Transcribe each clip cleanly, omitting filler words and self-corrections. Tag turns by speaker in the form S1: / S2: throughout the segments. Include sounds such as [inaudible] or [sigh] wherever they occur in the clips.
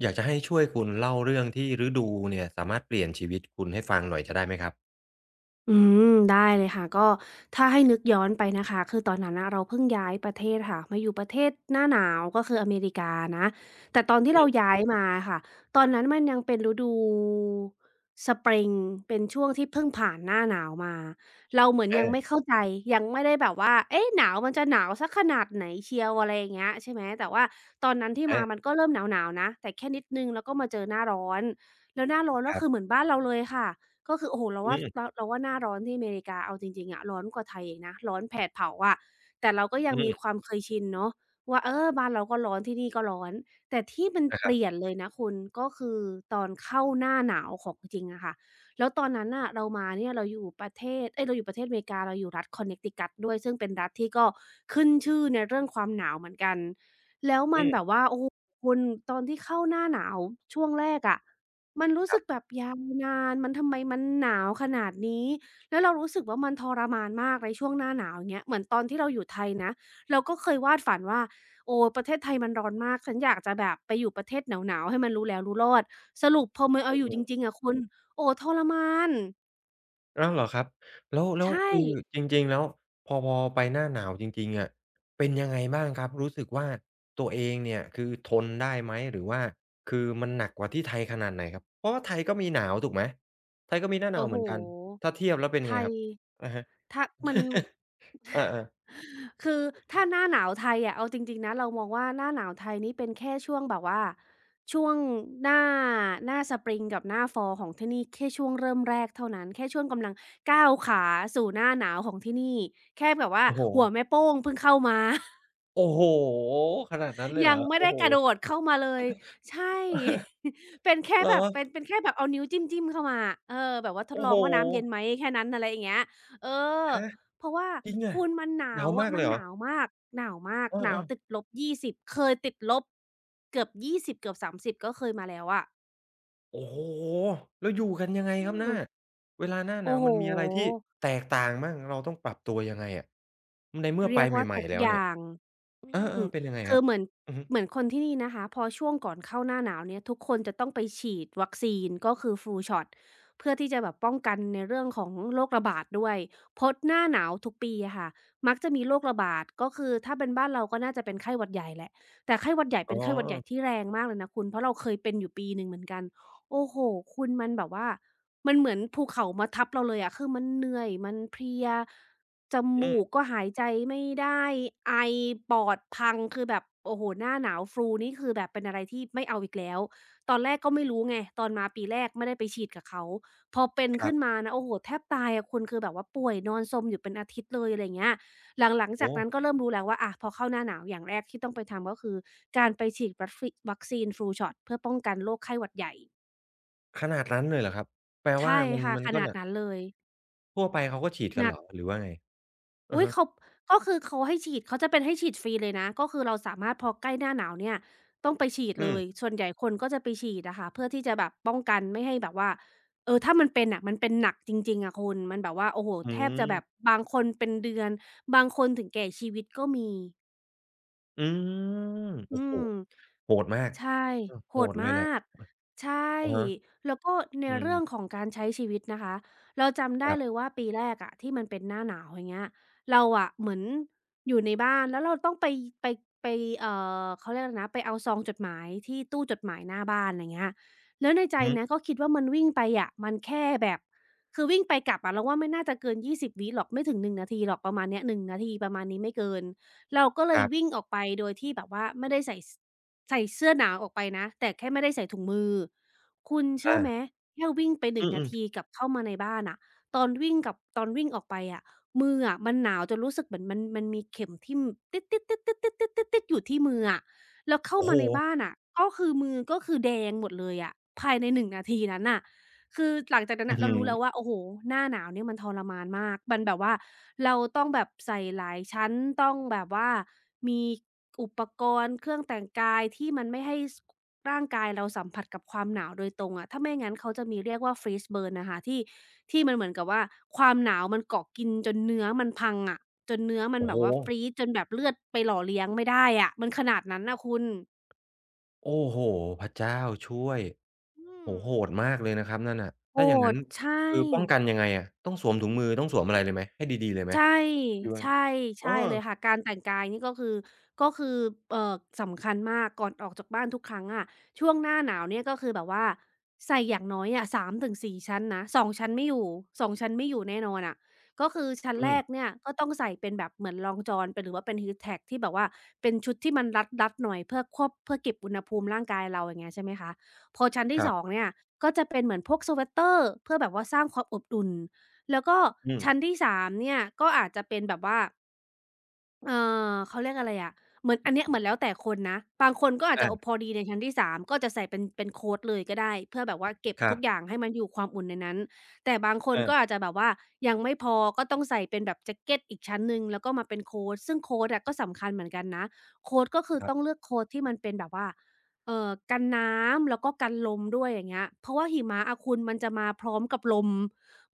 S1: อยากจะให้ช่วยคุณเล่าเรื่องที่ฤดูเนี่ยสามารถเปลี่ยนชีวิตคุณให้ฟังหน่อยจะได้ไหมครับ
S2: อืมได้เลยค่ะก็ถ้าให้นึกย้อนไปนะคะคือตอนนั้นน่ะเราเพิ่งย้ายประเทศค่ะมาอยู่ประเทศหน้าหนาวก็คืออเมริกานะแต่ตอนที่
S1: อื
S2: เรา
S1: ม
S2: ย้ายมาค่ะตอนนั้นมันยังเป็นฤดู Spring เป็นช่วงที่เพิ่งผ่านหน้าหนาวมาเราเหมือนยังไม่
S1: อา
S2: เข้าใจยังไม่ได้แบบว่าเอ๊ะหนาวมันจะหนาวสักขนาดไหนเชียวอะไรอย่างเงี้ยใช่ไหมแต่ว่าตอนนั้นที่มามัน
S1: อา
S2: ก็เริ่มหนาวๆนะแต่แค่นิดหนึ่งแล้วก็มาเจอหน้าร้อนแล้วหน้าร้อน
S1: ค
S2: ก็
S1: รั
S2: คือเหมื
S1: บ
S2: อนบ้านเราเลยค่ะ ก็คือโอ้โฮเรา
S1: อื
S2: ว่า
S1: ม
S2: เราเราว่าหน้าร้อนที่อเมริกาเอาจริงๆอะร้อนกว่าไทยอีกนะร้อนแผดเผาอะแต่เราก็ยั
S1: อื
S2: งมีค
S1: ม
S2: วามเคยชินเนาะว่าเออบ้านเราก็ร้อนที่นี่ก็ร้อนแต่ที่มัน
S1: นะค
S2: เป
S1: รั
S2: ลี่ย
S1: บ
S2: นเลยนะคุณก็คือตอนเข้าหน้าหนาวของจริงอะค่ะแล้วตอนนั้นน่ะเรามาเนี่ยเราอยู่ประเทศเอ๊ยเราอยู่ประเทศอเมริกาเราอยู่รัฐ Connecticut ด้วยซึ่งเป็นรัฐที่ก็ขึ้นชื่อในเรื่องความหนาวเหมือนกันแล้วมั
S1: อื
S2: นแบบ
S1: ม
S2: ว่าโอ้โฮคุณตอนที่เข้าหน้าหนาวช่วงแรกอะ มันรู้
S1: ครั
S2: สึกแบ
S1: บ
S2: บยาวนาน มันทำไมมันหนาวขนาดนี้ แล้วเรารู้สึกว่ามันทรมานมากในช่วงหน้าหนาวอย่างเงี้ยเหมือนตอนที่เราอยู่ไทยนะ เราก็เคยวาดฝันว่าโอ้ประเทศไทยมันร้อนมากฉันอยากจะแบบไปอยู่ประเทศหนาวๆให้มันรู้แล้วรู้รอด สรุปพอมาเอาอยู่
S1: อื
S2: จ
S1: ม
S2: ริงๆอะคุณ โอ้ทรมาน
S1: ๆอ้าวเหรอครับแล้วแล้ว
S2: ใช่
S1: คือจริงๆแล้วพอพอไปหน้าหนาวจริงๆอะเป็นยังไงบ้างครับรู้สึกว่าตัวเองเนี่ยคือทนได้ไหมหรือว่าคือมันหนักกว่าที่ไทยขนาดไหนครับเพราะว่าไทยก็มีหนาวถูกไหมไทยก็มีหน้าหนา
S2: โอ้
S1: ว
S2: โฮ
S1: เหมือนกันถ้าเทียบแล้วเป็น
S2: ไท
S1: ยั
S2: ย
S1: งไงครับอะฮะ
S2: ถ้ามัน
S1: [laughs] อาๆ
S2: [laughs] คือถ้าหน้าหนาวไทยอะเอาจริงๆนะเรามองว่าหน้าหนาวไทยนี่เป็นแค่ช่วงแบบว่าช่วงหน้าหน้า Spring กับหน้า Fall ของที่นี่แค่ช่วงเริ่มแรกเท่านั้นแค่ช่วงกำลังก้าวขาสู่หน้าหนาวของที่นี่แค่แบบว่า
S1: โอ้โฮ
S2: หัวแม่โป้งเพิ่งเข้ามา
S1: โอ้โฮขนาดนั้นเลยเห
S2: ยั
S1: รอ
S2: งไม่
S1: โอ้
S2: ได้
S1: โฮ
S2: กระโดดเข้ามาเลยใช่
S1: [laughs]
S2: [laughs] เป็นแค่
S1: เหรอ
S2: แบบเป็นแค่แบบเอานิ้วจิ้มๆเข้ามาอะเออแบบว่าทด
S1: โอ้
S2: ลอ
S1: โฮ
S2: งว่าน้ำเย็นไหมแค่นั้นอะไรอย่างเงี้ยเออ
S1: ฮะ
S2: เพราะว่า
S1: จริงอะ
S2: คุณมันหนา
S1: หนา
S2: ว
S1: ว
S2: อะ
S1: มาก
S2: มั
S1: เล
S2: น
S1: ยเหร
S2: ห
S1: อ
S2: นาวมากหนาวมาก
S1: เอ
S2: หนาว
S1: อ
S2: ติด
S1: ๆ
S2: ลบ -20 เคยติดลบเกือบ20เกือบ30ก็เคยมาแล้วอะ
S1: โอ้โฮแล้วอยู่กันยังไง
S2: อื
S1: ครับ
S2: ม
S1: น่ะเวลาหน้าห
S2: โอ้
S1: นาว
S2: โฮ
S1: มันมีอะไรที่แตกต่างบ้างเราต้องปรับตัวยังไงอะในเมื่อ
S2: เรี
S1: ไป
S2: ยกว่า
S1: ใหม่
S2: ทุก
S1: ๆแล้ว
S2: อ
S1: เนี่ย
S2: ย่างอื
S1: เอ
S2: ม
S1: อๆเป็นยังไงค
S2: คื
S1: รับ
S2: อเหมือน
S1: อือฮึ
S2: เหมือนคนที่นี่นะคะพอช่วงก่อนเข้าหน้าหนาวเนี่ยทุกคนจะต้องไปฉีดวัคซีนก็คือ Full Shot เพื่อที่จะแบบป้องกันในเรื่องของโรคระบาดด้วยเพราะหน้าหนาวทุกปีอะค่ะมักจะมีโรคระบาดก็คือถ้าเป็นบ้านเราก็น่าจะเป็นไข้หวัดใหญ่แหละแต่ไข้หวัดใหญ่
S1: อ๋
S2: เป็
S1: อ
S2: นไข้หวัดใหญ่ที่แรงมากเลยนะคุณเพราะเราเคยเป็นอยู่ปีหนึ่งเหมือนกันโอ้โฮคุณมันแบบว่ามันเหมือนภูเขามาทับเราเลยอะคือมันเหนื่อยมันเพลีย จ
S1: อื
S2: มูก
S1: ม
S2: ก็หายใจไม่ได้ไอปอดพังคือแบบโอ้โฮหน้าหนาว Flu นี่คือแบบเป็นอะไรที่ไม่เอาอีกแล้วตอนแรกก็ไม่รู้ไงตอนมาปีแรกไม่ได้ไปฉีดกับเขาพอเป็น
S1: ครั
S2: ขึ้น
S1: บ
S2: มานะโอ้โฮแทบตายอะคุณคือแบบว่าป่วยนอนซมอยู่เป็นอาทิตย์เลยอะไรอย่างเงี้ยหลังๆจาก
S1: โอ้
S2: นั้นก็
S1: โฮ
S2: เริ่มรู้แล้วว่าอะพอเข้าหน้าหนาวอย่างแรกที่ต้องไปทำก็คือการไปฉีดวัคซีน Flu Shot เพื่อป้องกันโรคไข้หวัดใหญ่
S1: ขนาดนั้นเลยเหรอครับแปลว่า
S2: ใช่
S1: มัน
S2: ค่ะ
S1: มัน
S2: ข
S1: ก็
S2: นาด
S1: น่ะ
S2: นั้นเลย
S1: ทั่วไปเขาก็ฉีด
S2: ห
S1: กัน
S2: นั
S1: เห
S2: ก
S1: รอหรือว่าไงอะ
S2: อุ๊ย
S1: ฮะ
S2: เขาก็คือเขาให้ฉีดเขาจะเป็นให้ฉีดฟรีเลยนะก็คือเราสามารถพอใกล้หน้าหนาวเนี่ยต้องไปฉีดเล
S1: อืม
S2: ยส่วนใหญ่คนก็จะไปฉีดอะค่ะเพื่อที่จะแบบป้องกันไม่ให้แบบว่าเออถ้ามันเป็นน่ะมันเป็นหนักจริงๆอะคุณมันแบบว่าโอ้โฮ
S1: อื
S2: แทบ
S1: ม
S2: จะแบบบางคนเป็นเดือนบางคนถึงแก่ชีวิตก็มี
S1: อืม
S2: อื
S1: โอ้โฮ
S2: ม
S1: โหดมาก
S2: ใช่
S1: เออ
S2: โห
S1: โห
S2: ด
S1: ดเล
S2: มา
S1: ยแหละ
S2: กใช่
S1: อะฮะ
S2: แล้วก็ใน
S1: อื
S2: เรื่องขอ
S1: ม
S2: งการใช้ชีวิตนะคะเราจำได้
S1: ครั
S2: เลย
S1: บ
S2: ว่าปีแรกอะที่มันเป็นหน้าหนาวอย่างเงี้ยเราอะเหมือนอยู่ในบ้านแล้วเราต้องไปไปเอ่เขาเรียกอะไรนะไปเอาซองจดหมายที่ตู้จดหมายหน้าบ้านอะไรเงี้ยแล้วในใจ
S1: อือฮึ
S2: นะก็คิดว่ามันวิ่งไปอะมันแค่แบบคือวิ่งไปกลับอะเราว่าไม่น่าจะเกิน20วิหรอกไม่ถึง1นงนาทีหรอกประมาณเนี้ยหนึ่งนาทีประมาณนี้ไม่เกิน เราก็เล
S1: ค
S2: ย
S1: รั
S2: วิ่ง
S1: บ
S2: ออกไปโดยที่แบบว่าไม่ได้ใส่สใส่เสื้อหนาวออกไปนะแต่แค่ไม่ได้ใส่ถุงมือคุณเชื่อ
S1: อา
S2: ไหมแค่วิ่งไปหน
S1: อื
S2: งนา
S1: ม
S2: ที
S1: ๆ
S2: กลับเข้ามาในบ้านน่ะตอนวิ่งกับตอนวิ่งออกไปอะมืออะมันหนาวจนรู้สึกเหมือนมันมีเข็มทิ่มติ๊ดๆๆๆๆๆๆอยู่ที่มืออะแล้วเข้า
S1: โอ้โฮ
S2: มาในบ้านน่ะก็คือมือก็คือแดงหมดเลยอะภายในหนงนาทีนั้นน่ะ คือหลังจากนั้น
S1: อื้
S2: น่ะ
S1: อ
S2: เรา
S1: ฮือ
S2: รู้แล้วว่าโอ้โฮหน้าหนาวเนี่ยมันทรมานมากมันแบบว่าเราต้องแบบใส่หลายชั้นต้องแบบว่ามีอุปกรณ์เครื่องแต่งกายที่มันไม่ให้สร่างกายเราสัมผัสกับความหนาวโดยตรงอะถ้าไม่งั้นเขาจะมีเรียกว่า freeze burn น่ะค่ะที่มันเหมือนกับว่าความหนาวมันเกาะกินจนเนื้อมันพังอะจนเนื้อมัน
S1: โอ้
S2: แบ
S1: โฮ
S2: บว่า freeze จนแบบเลือดไปหล่อเลี้ยงไม่ได้อะมันขนาดนั้นน่ะคุณ
S1: โอ้โฮพระเจ้าช่วย
S2: อื
S1: โอ้
S2: ม
S1: โฮโหดมากเลยนะครับนั่นน่ะ
S2: โห
S1: ถ้าอย่างงั้น
S2: ดใช่
S1: คือป้องกันยังไงอะต้องสวมถุงมือต้องสวมอะไรเลยไหมให้ดีๆเลยไหม
S2: ใช่
S1: หรือว่า
S2: ใช่
S1: เออ
S2: ใช่เลยค่ะการแต่งกายนี่ก็คือก็คือเอ่อสำคัญมากก่อนออกจากบ้านทุกครั้งอะช่วงหน้าหนาวเนี่ยก็คือแบบว่าใส่อย่างน้อยอะสามถึงสี่ชั้นนะสองชั้นไม่อยู่สองชั้นไม่อยู่แน่นอนอะก็คือชั้น
S1: อื
S2: แร
S1: ม
S2: กเนี่ยก็ต้องใส่เป็นแบบเหมือนรองจอนเป็นหรือว่าเป็น heat tech ที่แบบว่าเป็นชุดที่มันรัดๆหน่อยเพื่อควบเพื่อเก็บอุณหภูมิร่างกายเราอย่างเงี้ยใช่ไหมคะพอชั้นที่
S1: ครั
S2: สอง
S1: บ
S2: เนี่ยก็จะเป็นเหมือนพวกสเวตเตอร์เพื่อแบบว่าสร้างความอบอุ่น แล้วก็
S1: อืม
S2: ชั้นที่3เนี่ยก็อาจจะเป็นแบบว่า เอ่เขาเรียกอะไรอะเหมือนอันเนี้ยเหมือนแล้วแต่คนนะบางคนก็อาจจะ
S1: อา
S2: โอ้พอดีในชั้นที่สามก็จะใส่เป็นโคตเลยก็ได้เพื่อแบบว่าเก็บ
S1: ครั
S2: ทุ
S1: บ
S2: กอย่างให้มันอยู่ความอุ่นในนั้นแต่บางคนก็อาจ
S1: อา
S2: จะแบบว่ายังไม่พอก็ต้องใส่เป็นแบบแจ็กเกตอีกชั้นหนึ่งแล้วก็มาเป็นโคตซึ่งโคตอะก็สำคัญเหมือนกันนะโคตก็คือ
S1: ครั
S2: ต้องเลื
S1: บ
S2: อกโคตที่มันเป็นแบบว่ากันน้ำแล้วก็กันลมด้วยอย่างเงี้ยเพราะว่าหิมะอะคุณมันจะมาพร้อมกับลม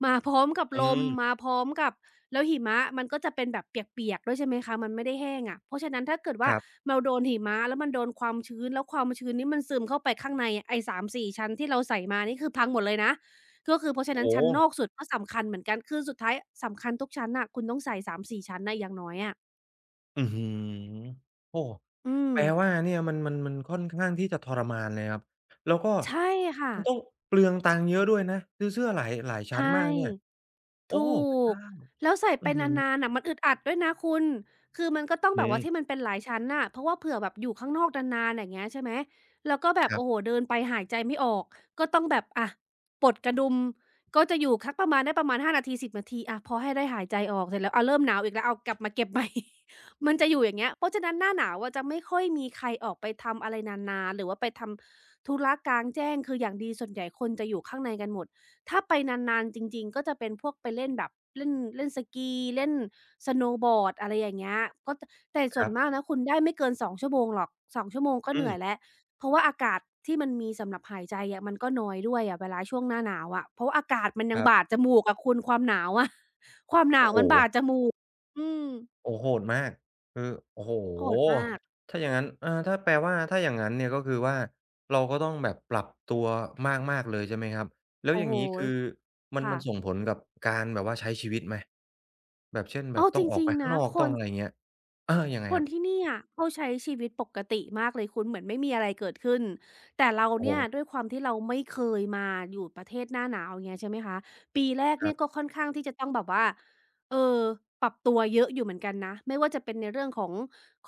S2: มาพร้อมกับ
S1: อื
S2: ลมมา
S1: ม
S2: พร้อมกับ แล้วหิมะมันก็จะเป็นแบบเปียกๆ ด้วยใช่ไหมคะมันไม่ได้แห้งอะเพราะฉะนั้นถ้าเกิด
S1: ค
S2: ว่า
S1: รับ
S2: เราโดนหิมะแล้วมันโดนความชื้นแล้วความชื้นนี้มันซึมเข้าไปข้างในอะไอ้สามสี่ชั้นที่เราใส่มานี่คือพังหมดเลยนะก็คือเพราะฉะ
S1: โอ้โฮ
S2: นั้นชั้นนอกสุดก็สำคัญเหมือนกันคือสุดท้ายสำคัญทุกชั้นน่ะคุณต้องใส่3-4ชั้นน่ะอย่างน้อยอะ
S1: อื้อฮือโอ้
S2: อืม
S1: แปลว่าเนี่ยมันมันมันค่อนข้างที่จะทรมานเลยครับแล้วก็
S2: ใช่ค่ะ
S1: มันต้องเปลืองตังค์เยอะด้วยนะซื้อเสื้อหลายหลายชั้น
S2: ใช่
S1: มากเนี่ยโอ้
S2: ถู
S1: พระ
S2: ก
S1: เจ้า
S2: แล้วใส่
S1: อื
S2: ไป
S1: อฮึ
S2: นานๆน่ะมันอึดอัดด้วยนะคุณ คือมันก็ต้อง
S1: อื
S2: แบบว่าที่มัน
S1: ม
S2: เป็นหลายชั้นน่ะเพราะว่าเผื่อแบบอยู่ข้างนอกนานๆอย่างเงี้ยใช่ไหมแล้วก็แบ
S1: ค
S2: บ
S1: รั
S2: โอ้โฮ
S1: บ
S2: เดินไปหายใจไม่ออกก็ต้องแบบอะปลดกระดุมก็จะอยู่คักประมาณได้ประมาณห้านาทีสิบนาทีอะพอให้ได้หายใจออกเสร็จแล้วอะเริ่มหนาวอีกแล้วเอากลับมาเก็บใหม่ [laughs] มันจะอยู่อย่างเงี้ยเพราะฉะนั้นหน้าหนาวอะจะไม่ค่อยมีใครออกไปทำอะไรนานๆหรือว่าไปทำธุระกลางแจ้งคืออย่างดีส่วนใหญ่คนจะอยู่ข้างในกันหมด ถ้าไปนานๆจริงๆก็จะเป็นพวกไปเล่นแบบเล่นเล่นสกีเล่นสโนว์บอร์ดอะไรอย่างเงี้ยก็ตแต่
S1: ค
S2: ส่ว
S1: รั
S2: นมา
S1: บ
S2: กนะคุณได้ไม่เกินสองชั่วโมงหรอก2ชั่วโมงก็เห
S1: อืม
S2: นื่อยแล้วเพราะว่าอากาศที่มันมีสำหรับหายใจอะมันก็น้อยด้วยอะเวลาช่วงหน้าหนาวอะเพราะว่าอากาศมันยั
S1: ค
S2: ง
S1: รั
S2: บาด
S1: บ
S2: จมูกอะคุณความหนาวอะ [laughs] ความหนา
S1: โอ้
S2: ว
S1: โฮ
S2: มันบาดจมูกอืม
S1: โอ้โหดมากคือโอ้โฮ
S2: โหดมาก
S1: ถ้าอย่างงั้นเออถ้าแปลว่าถ้าอย่างงั้นเนี่ยก็คือว่าเราก็ต้องแบบปรับตัวมากๆเลยใช่ไหมครับแล้วอ
S2: โอ้
S1: ย่า
S2: โฮ
S1: งงี้คือมัน
S2: ค่ะ
S1: มันส่งผลกับการแบบว่าใช้ชีวิตไหมแบบเช่นแบ
S2: อ้า
S1: บ
S2: วจ
S1: ต้องออก
S2: ริง
S1: ไป
S2: ๆ
S1: ข้าง
S2: นะ
S1: นอก
S2: ค
S1: ต้อง
S2: น
S1: อะไรเงี้ยเออยังไง
S2: ค
S1: ค
S2: น
S1: รั
S2: ที่
S1: บ
S2: นี่อะเขาใช้ชีวิตปกติมากเลยคุณเหมือนไม่มีอะไรเกิดขึ้นแต่เรา
S1: โอ้
S2: เนี่ย
S1: โฮ
S2: ด้วยความที่เราไม่เคยมาอยู่ประเทศหน้าหนาวอย่างเงี้ยใช่ไหมคะปีแรก
S1: ครั
S2: เนี่ยก็
S1: บ
S2: ค่อนข้างที่จะต้องแบบว่าเอ่อปรับตัวเยอะอยู่เหมือนกันนะไม่ว่าจะเป็นในเรื่องของ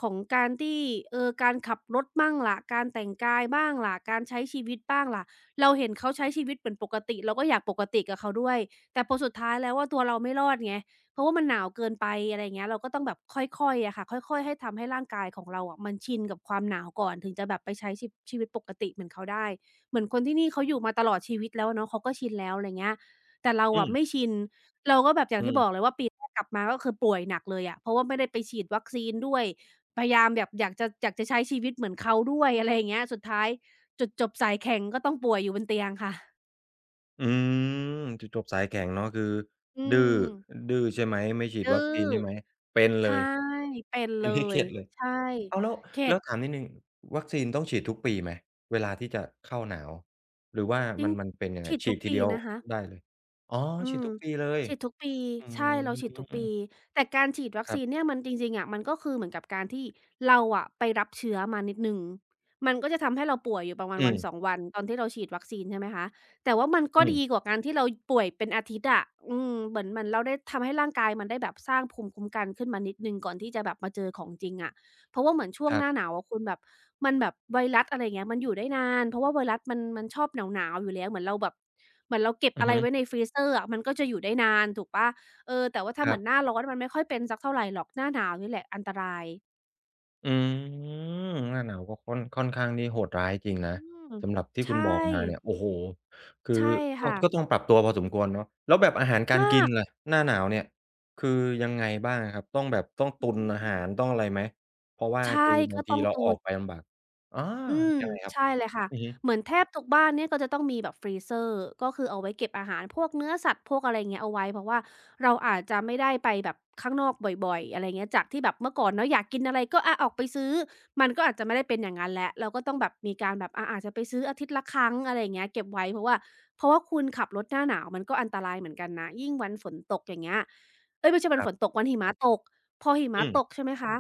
S2: ของการที่เอ่อการขับรถบ้างล่ะการแต่งกายบ้างล่ะการใช้ชีวิตบ้างล่ะเราเห็นเขาใช้ชีวิตเหมือนปกติเราก็อยากปกติกับเขาด้วยแต่พอสุดท้ายแล้วอะตัวเราไม่รอดไง เพราะว่ามันหนาวเกินไปอะไรอย่างเงี้ยเราก็ต้องแบบค่อยๆอะค่ะค่อยๆให้ทำให้ร่างกายของเราอะมันชินกับความหนาวก่อนถึงจะแบบไปใช้ชีวิตปกติเหมือนเขาได้เหมือนคนที่นี่เขาอยู่มาตลอดชีวิตแล้วอะเนาะเขาก็ชินแล้วอะไรเงี้ยแต่เรา
S1: อื
S2: อะไม่
S1: ม
S2: ชินเราก็แบบอย่าง
S1: อื
S2: ที่บอกเล
S1: ม
S2: ยว่าปีแรกกลับมาก็คือป่วยหนักเลยอะเพราะว่าไม่ได้ไปฉีดวัคซีนด้วยพยายามแบบอยากจะใช้ชีวิตเหมือนเขาด้วยอะไรอย่างเงี้ยสุดท้ายจุดจบสายแข็งก็ต้องป่วยอยู่บนเตียงค่ะ
S1: อืมจุดจบสายแข็งเนาะคือ
S2: อื
S1: ดื้อ
S2: ม
S1: ดื้อใช่ไหมไม่ฉีด
S2: ดื้
S1: วัคซี
S2: อ
S1: นใช่ไหมเป็นเล
S2: ใช่
S1: ย
S2: เป็นเล
S1: เป็นที่
S2: ย
S1: เข็ดเลย
S2: ใช่
S1: อ้าวแล้ว
S2: เข็
S1: แล้
S2: ด
S1: วถามนิดหนึ่งวัคซีนต้องฉีดทุกปีไหมเวลาที่จะเข้าหนาวหรือว่า
S2: ยิ่
S1: มั
S2: ง
S1: นมันเป็นยังไง
S2: ฉีด
S1: ฉี
S2: ทุก
S1: ดที
S2: ปี
S1: เดียว
S2: นะคะ
S1: ได้เลยอ๋อ
S2: อื
S1: ฉีด
S2: ม
S1: ทุกปีเลย
S2: ฉีดทุกปี
S1: อื
S2: ใช่เราฉีดทุกปี
S1: ม
S2: แต่การฉีดวัค
S1: ครั
S2: ซีน
S1: บ
S2: เนี่ยมันจริงๆอะมันก็คือเหมือนกับการที่เราอะไปรับเชื้อมานิดหนึ่งมันก็จะทำให้เราป่วยอยู่ประมาณ
S1: อื
S2: วันสอง
S1: ม
S2: วันตอนที่เราฉีดวัคซีนใช่ไหมคะแต่ว่ามันก็
S1: ๆ
S2: ดีกว่าการที่เราป่วยเป็นอาทิตย์อะอืมเหมือนเราได้ทำให้ร่างกายมันได้แบบสร้างภูมิคุ้มกันขึ้นมานิดหนึ่งก่อนที่จะแบบมาเจอของจริงอะ เพราะว่าเหมือนช่ว
S1: ค
S2: ง
S1: รั
S2: หน้าห
S1: บ
S2: นาวอะคุณแบบมันแบบไวรัสอะไรอย่างเงี้ยมันอยู่ได้นานเพราะว่าไวรัสมันชอบหนาวๆอยู่แล้วเหมือนเราแบบเหมือนเราเก็บ
S1: อื
S2: อะ
S1: อ
S2: ไร
S1: ฮึ
S2: ไว้ในฟรีเซอร์อะมันก็จะอยู่ได้นานถูกเปล่าเออแต่ว่าถ้า
S1: ค
S2: เห
S1: รั
S2: มือ
S1: บ
S2: นหน้าร้อนมันไม่ค่อยเป็นสักเท่าไรหรอกหน้าหนาวนี่แหละอันตราย
S1: อืมหน้าหนาวก็ค่อนค่อนข้างนี่โหดร้ายจริงนะ
S2: อืม
S1: สำหรับที่คุ
S2: ใช่
S1: ณบอกมาเนี่ยโอ้โฮคือ
S2: ใช่
S1: ก็
S2: ค่ะ
S1: ก็ต้องปรับตัวพอสมควรเนาะแล้วแบบอาหารการ
S2: มา
S1: กิน
S2: ก
S1: ล่ะหน้าหนาวเนี่ยคือยังไงบ้างอะครับต้องแบบต้อง
S2: อื
S1: ตุนอาหาร
S2: ม
S1: ต้องอะไรไหมเพราะว่า
S2: ใช่
S1: คือ
S2: ก็
S1: บางที
S2: ต้อง
S1: เรา
S2: ตุ
S1: ออ
S2: น
S1: กไปลำบากอา
S2: อืม
S1: ยังไงครับ
S2: ใช่เลยค่ะ
S1: อือฮึ
S2: เหมือนแทบทุกบ้านเนี่ยก็จะต้องมีแบบฟร r เซอร์ก็คือเอาไว้เก็บอาหารพวกเนื้อสัตว์พวกอะไร่งเงี้ยเอาไว้เพราะว่าเราอาจจะไม่ได้ไปแบบข้างนอกบ่อยๆอะไรเงี้ยจากที่แบบเมื่อก่อนเนาะอยากกินอะไรก็อาออกไปซื้อมันก็อาจจะไม่ได้เป็นอย่างนั้นแล้วเราก็ต้องแบบมีการแบบอาจจะไปซื้ออาทิตย์ละครั้งอะไรอย่างเงี้ยเก็บไว้เพราะว่าคุณขับรถหน้าหนาวมันก็อันตรายเหมือนกันนะยิ่งวันฝนตกอย่างเงี้ยเอ๊ยไม่ใช่วั
S1: ค
S2: น
S1: รั
S2: ฝนต
S1: บ
S2: กวันหิมะตกพอหิมะ
S1: อื
S2: ตก
S1: ม
S2: ใช่ไหมคะ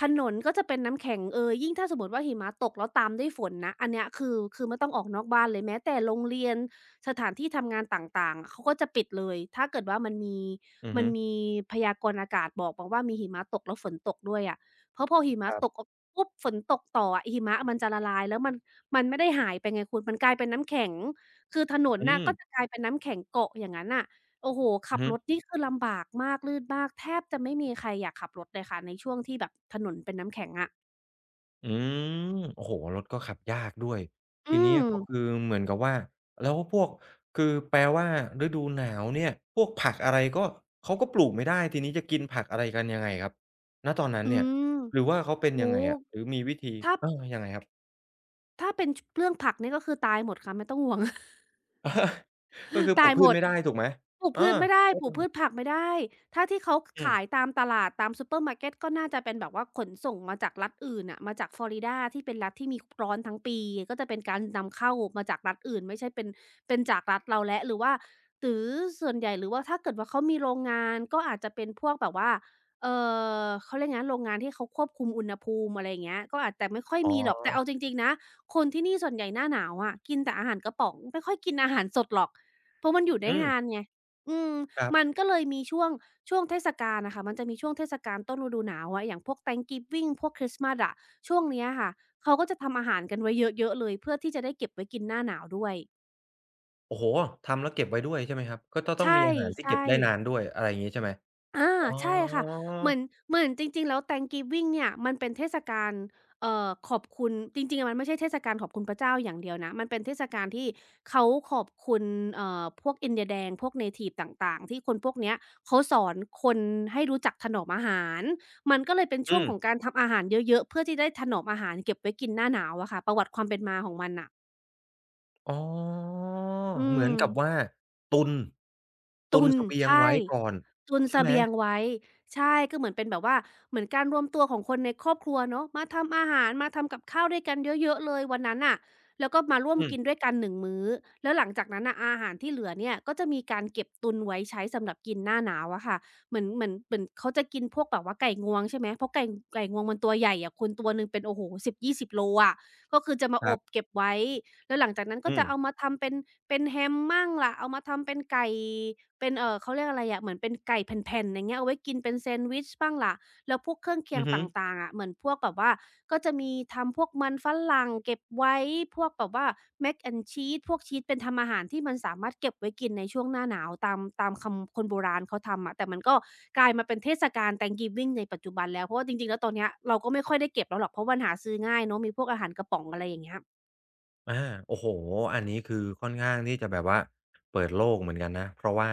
S2: ถนนก็จะเป็นน้ำแข็งเอยยิ่งถ้าสมมติว่าหิมะตกแล้วตามด้วยฝนนะอันเนี้ยคือไม่ต้องออกนอกบ้านเลยแม้แต่โรงเรียนสถานที่ทำงานต่างๆอะเขาก็จะปิดเลยถ้าเกิดว่ามันมี
S1: อือ
S2: มั
S1: ฮึ
S2: นมีพยากรณ์อากาศบอกว่ามีหิมะตกแล้วฝนตกด้วยอะเพราะพอหิมะ
S1: ครั
S2: ตก
S1: บ
S2: อปุ๊บฝนตกต่ออะหิมะมันจะละลายแล้วมันไม่ได้หายไปไงคุณมันกลายเป็นน้ำแข็งคือถนน
S1: อื
S2: น่ะก็จะ
S1: ม
S2: กลายเป็นน้ำแข็งเกาะอย่างงั้นน่ะ โอ้โฮ
S1: อื
S2: ขั
S1: อ
S2: บ
S1: ฮึ
S2: รถนี่คือลำบากมากลื่นมากแทบจะไม่มีใครอยากขับรถเลยค่ะในช่วงที่แบบถนนเป็นน้ำแข็งอะ
S1: อืมโอ้โฮรถก็ขับยากด้วย
S2: อื
S1: ทีเนี้ย
S2: ม
S1: ก็คือเหมือนกับว่าแล้วพวกคือแปลว่าฤดูหนาวเนี่ยพวกผักอะไรก็เขาก็ปลูกไม่ได้ทีนี้จะกินผักอะไรกันยังไงครับณตอนนั้น
S2: อื
S1: เนี่ย
S2: ม
S1: หรือว่าเขาเป็นยั
S2: โอ้
S1: งไง
S2: โฮ
S1: อะหรือมีวิธี
S2: ถ้า
S1: เออยังไงครับ
S2: ถ้าเป็นชเรื่องผักนี่ก็คือตายหมดค่ะไม่ต้องห่วง
S1: [laughs] ก็คือ
S2: [laughs]
S1: ปลู
S2: ตา
S1: ก
S2: ย
S1: พื
S2: หม
S1: ช
S2: ด
S1: ไม่ได้ถูกไหม
S2: ปลูก
S1: เออ
S2: พืชไม่ได้
S1: แล้ว
S2: ปลูก
S1: ยังไง
S2: พืชผักไม่ได้ถ้าที่เขา
S1: อืม
S2: ขายตามตลาดตามซูเปอร์มาร์เกตก็น่าจะเป็นแบบว่าขนส่งมาจากรัฐอื่นน่ะมาจากฟลอริดาที่เป็นรัฐที่มีร้อนทั้งปีก็จะเป็นการนำเข้ามาจากรัฐอื่นไม่ใช่เป็นจากรัฐเราแล้วหรือว่าหรือส่วนใหญ่หรือว่าถ้าเกิดว่าเขามีโรงงานก็อาจจะเป็นพวกแบบว่าเอ่เขาเรียกไงนะโรงงานที่เขาควบคุมอุณหภูมิอะไรอย่างเงี้ยก็อาจแต่ไม่ค่อย
S1: อ๋อ
S2: มีหรอกแต่เอาจริงๆนะคนที่นี่ส่วนใหญ่หน้าหนาวอะกินแต่อาหารกระป๋องไม่ค่อยกินอาหารสดหรอก เพราะมันอยู่ได้
S1: อื
S2: นาน
S1: ม
S2: ไง อืม
S1: ครับ
S2: มันก็เลยมีช่วงเทศกาลน่ะค่ะมันจะมีช่วงเทศกาลต้นฤดูหนาวอะอย่างพวก Thanksgiving พวกคริสต์มาสอะ ช่วงเนี้ยค่ะ เขาก็จะทำอาหารกันไว้เยอะๆเลยเพื่อที่จะได้เก็บไว้กินหน้าหนาวด้วย
S1: โอ้โฮทำแล้วเก็บไว้ด้วยใช่ไหมครับก็จะ
S2: ใ
S1: ต้องมีอาหารที่เก็บ
S2: ช่
S1: ได้
S2: ๆ
S1: นานด้วยอะไรอย่างงี้ใช่ไหม
S2: อา
S1: อ๋อ
S2: ใช่ค่ะเหมือนจริงๆแล้ว Thanksgiving เนี่ยมันเป็นเทศกาลขอบคุณจริงๆอะมันไม่ใช่เทศกาลขอบคุณพระเจ้าอย่างเดียวนะมันเป็นเทศกาลที่เขาขอบคุณพวกอินเดียแดงพวกเนทิฟต่างๆที่คนพวกเนี้ยเขาสอนคนให้รู้จักถนอมอาหารมันก็เลยเป็น
S1: อื
S2: ช่วงของ
S1: ม
S2: การทำอาหารเยอะๆเพื่อที่ได้ถนอมอาหารเก็บไว้กินหน้าหนาวอะค่ะประวัติความเป็นมาของมันน่ะ
S1: อ๋อ
S2: อื
S1: เหมือนกับว่า
S2: ม
S1: ตุนตุ
S2: ตุ
S1: น
S2: น
S1: เสบียง
S2: ใช่
S1: ไว้ก่อน
S2: ตุนเส
S1: ใช่ไหม
S2: บียงไว้ใช่ก็เหมือนเป็นแบบว่าเหมือนการรวมตัวของคนในครอบครัวเนาะมาทำอาหารมาทำกับข้าวด้วยกันเยอะๆเลยวันนั้นน่ะแล้วก็มาร่วม
S1: อื
S2: กิน
S1: ม
S2: ด้วยกันหนึ่งมื้อแล้วหลังจากนั้นน่ะอาหารที่เหลือเนี่ยก็จะมีการเก็บตุนไว้ใช้สำหรับกินหน้าหนาวอะค่ะเหมือนเขาจะกินพวกแบบว่าไก่งวงใช่ไหมเพราะไก่งวงมันตัวใหญ่อะคุณตัวหนึ่งเป็นโอ้โฮสิบยี่สิบโลอะก็คือจะมา
S1: ค
S2: อ
S1: รั
S2: บ
S1: บ
S2: เก็บไว้แล้วหลังจากนั้นก็
S1: อื
S2: จะ
S1: ม
S2: เอามาทำเป็นเป็นแฮมมั่งล่ะเอามาทำเป็นไก่ เป็นเขาเรียกอะไรอะเหมือนเป็นไก่แผ่นๆอย่างเงี้ยเอาไว้กินเป็นแซนด์วิชบ้างล่ะแล้วพวกเครื่องเคีย
S1: อื
S2: ง
S1: อ
S2: ต
S1: ฮึ
S2: ่างๆอะเหมือนพวกแบบว่าก็จะมีทำพวกมันฝรั่งเก็บไว้พวกแบบว่า mac and cheese พวกชีสเป็นทำอาหารที่มันสามารถเก็บไว้กินในช่วงหน้าหนาวตามคำคนโบราณเขาทำอะแต่มันก็กลายมาเป็นเทศกาล Thanksgiving ในปัจจุบันแล้วเพราะว่าจริงๆแล้วตอนเนี้ยเราก็ไม่ค่อยได้เก็บแล้วหรอกเพราะมันหาซื้อง่ายเนาะมีพวกอาหารกระป๋องอะไรอย่างเงี้ย
S1: อาโอ้โฮอันนี้คือค่อนข้างที่จะแบบว่าเปิดโลกเหมือนกันนะเพราะว่า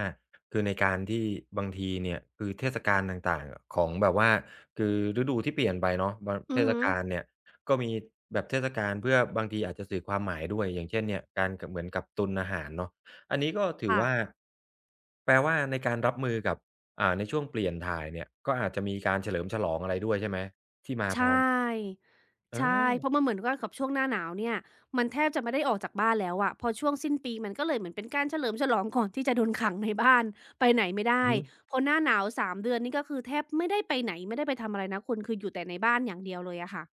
S1: คือในการที่บางทีเนี่ยคือเทศกาลต่างๆของแบบว่าคือฤดูที่เปลี่ยนไปเนาะบาง
S2: อื
S1: เท
S2: อ
S1: ศ
S2: ฮึ
S1: กาลเนี่ยก็มีแบบเทศกาลเพื่อบางทีอาจจะสื่อความหมายด้วยอย่างเช่นเนี่ยการกเหมือนกับตุนอาหารเนาะอันนี้ก็ถือ
S2: ค่ะ
S1: ว่าแปลว่าในการรับมือกับอ่าในช่วงเปลี่ยนถ่ายเนี่ยก็อาจจะมีการเฉลิมฉลองอะไรด้วยใช่ไหมที่มา
S2: ใช
S1: พร้อม
S2: ่
S1: อา
S2: ใช่เพราะมันเหมือนว่ากับช่วงหน้าหนาวเนี่ยมันแทบจะไม่ได้ออกจากบ้านแล้วอะพอช่วงสิ้นปีมันก็เลยเหมือนเป็นการเฉลิมฉลองก่อนที่จะโดนขังในบ้านไปไหนไม่ได้
S1: อือฮึ
S2: พอหน้าหนาว3เดือนนี่ก็คือแทบไม่ได้ไปไหนไม่ได้ไปทำอะไรนะคุณคืออยู่แต่ในบ้านอย่างเดียวเลยอะค่ะ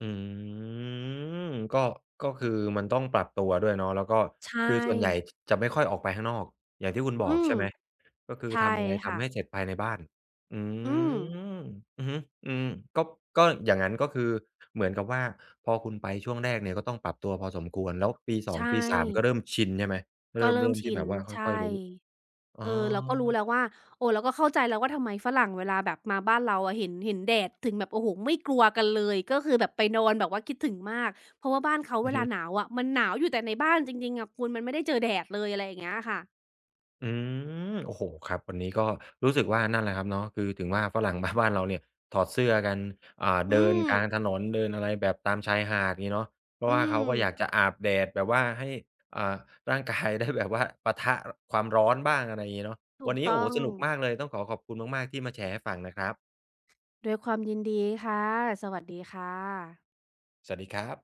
S1: อืมก็ก็คือมันต้องปรับตัวด้วยเนาะแล้วก็
S2: ใช่
S1: คือส่วนใหญ่จจะไม่ค่อยออกไปข้างนอกอย่างที่คุณบ
S2: อื
S1: อก
S2: ม
S1: ใช่ไหมก็คือ
S2: ใช่
S1: ทำยังไง
S2: ค่ะ
S1: ทำให้เสร็จภายในบ้านอื
S2: อืม
S1: มอือฮึอืมก็ก็อย่างงั้นก็คือเหมือนกับว่าพอคุณไปช่วงแรกเนี่ยก็ต้องปรับตัวพอสมควรแล้วปี2
S2: ใช่
S1: ปี3ก็เริ่มชินใช่ไหม
S2: ก็
S1: เริ่ม
S2: เริ่ม
S1: เริ่มที่
S2: ชิน
S1: แบบว่าค่อย
S2: ใช่
S1: ๆรู้อ๋อ
S2: เออเราก็รู้แล้วว่าโอ้เราก็เข้าใจแล้วว่าทำไมฝรั่งเวลาแบบมาบ้านเราอะเห็นแดดถึงแบบโอ้โฮไม่กลัวกันเลยก็คือแบบไปนอนแบบว่าคิดถึงมากเพราะว่าบ้านเขา
S1: อื
S2: เว
S1: อ
S2: ลาห
S1: ฮึ
S2: นาวอะมันหนาวอยู่แต่ในบ้านจริงๆอะคุณมันไม่ได้เจอแดดเลยอะไรอย่างเงี้ยค่ะ
S1: อืมโอ้โฮครับวันนี้ก็รู้สึกว่านั่นแหละครับเนาะคือถึงว่าฝรั่ง [laughs] มาบ้านเราเนี่ยถอดเสื้อกันอ่า
S2: อื
S1: เดิน
S2: ม
S1: กลางถนนเดินอะไรแบบตามชายหาดงี้เนาะเพ
S2: อื
S1: ราะว่าเขาก็อยาก
S2: ม
S1: จะอาบแดดแบบว่าให้อ่าร่างกายได้แบบว่าปะทะความร้อนบ้างอะไรงี้เนาะ
S2: ถู
S1: วั
S2: ก
S1: นนี้โอ้
S2: ต้
S1: โฮ
S2: อง
S1: สนุกมากเลยต้องขอขอบคุณมากๆที่มาแชร์ให้ฟังนะครับ
S2: ด้วยความยินดีค่ะสวัสดีค่ะ
S1: สวัสดีครับ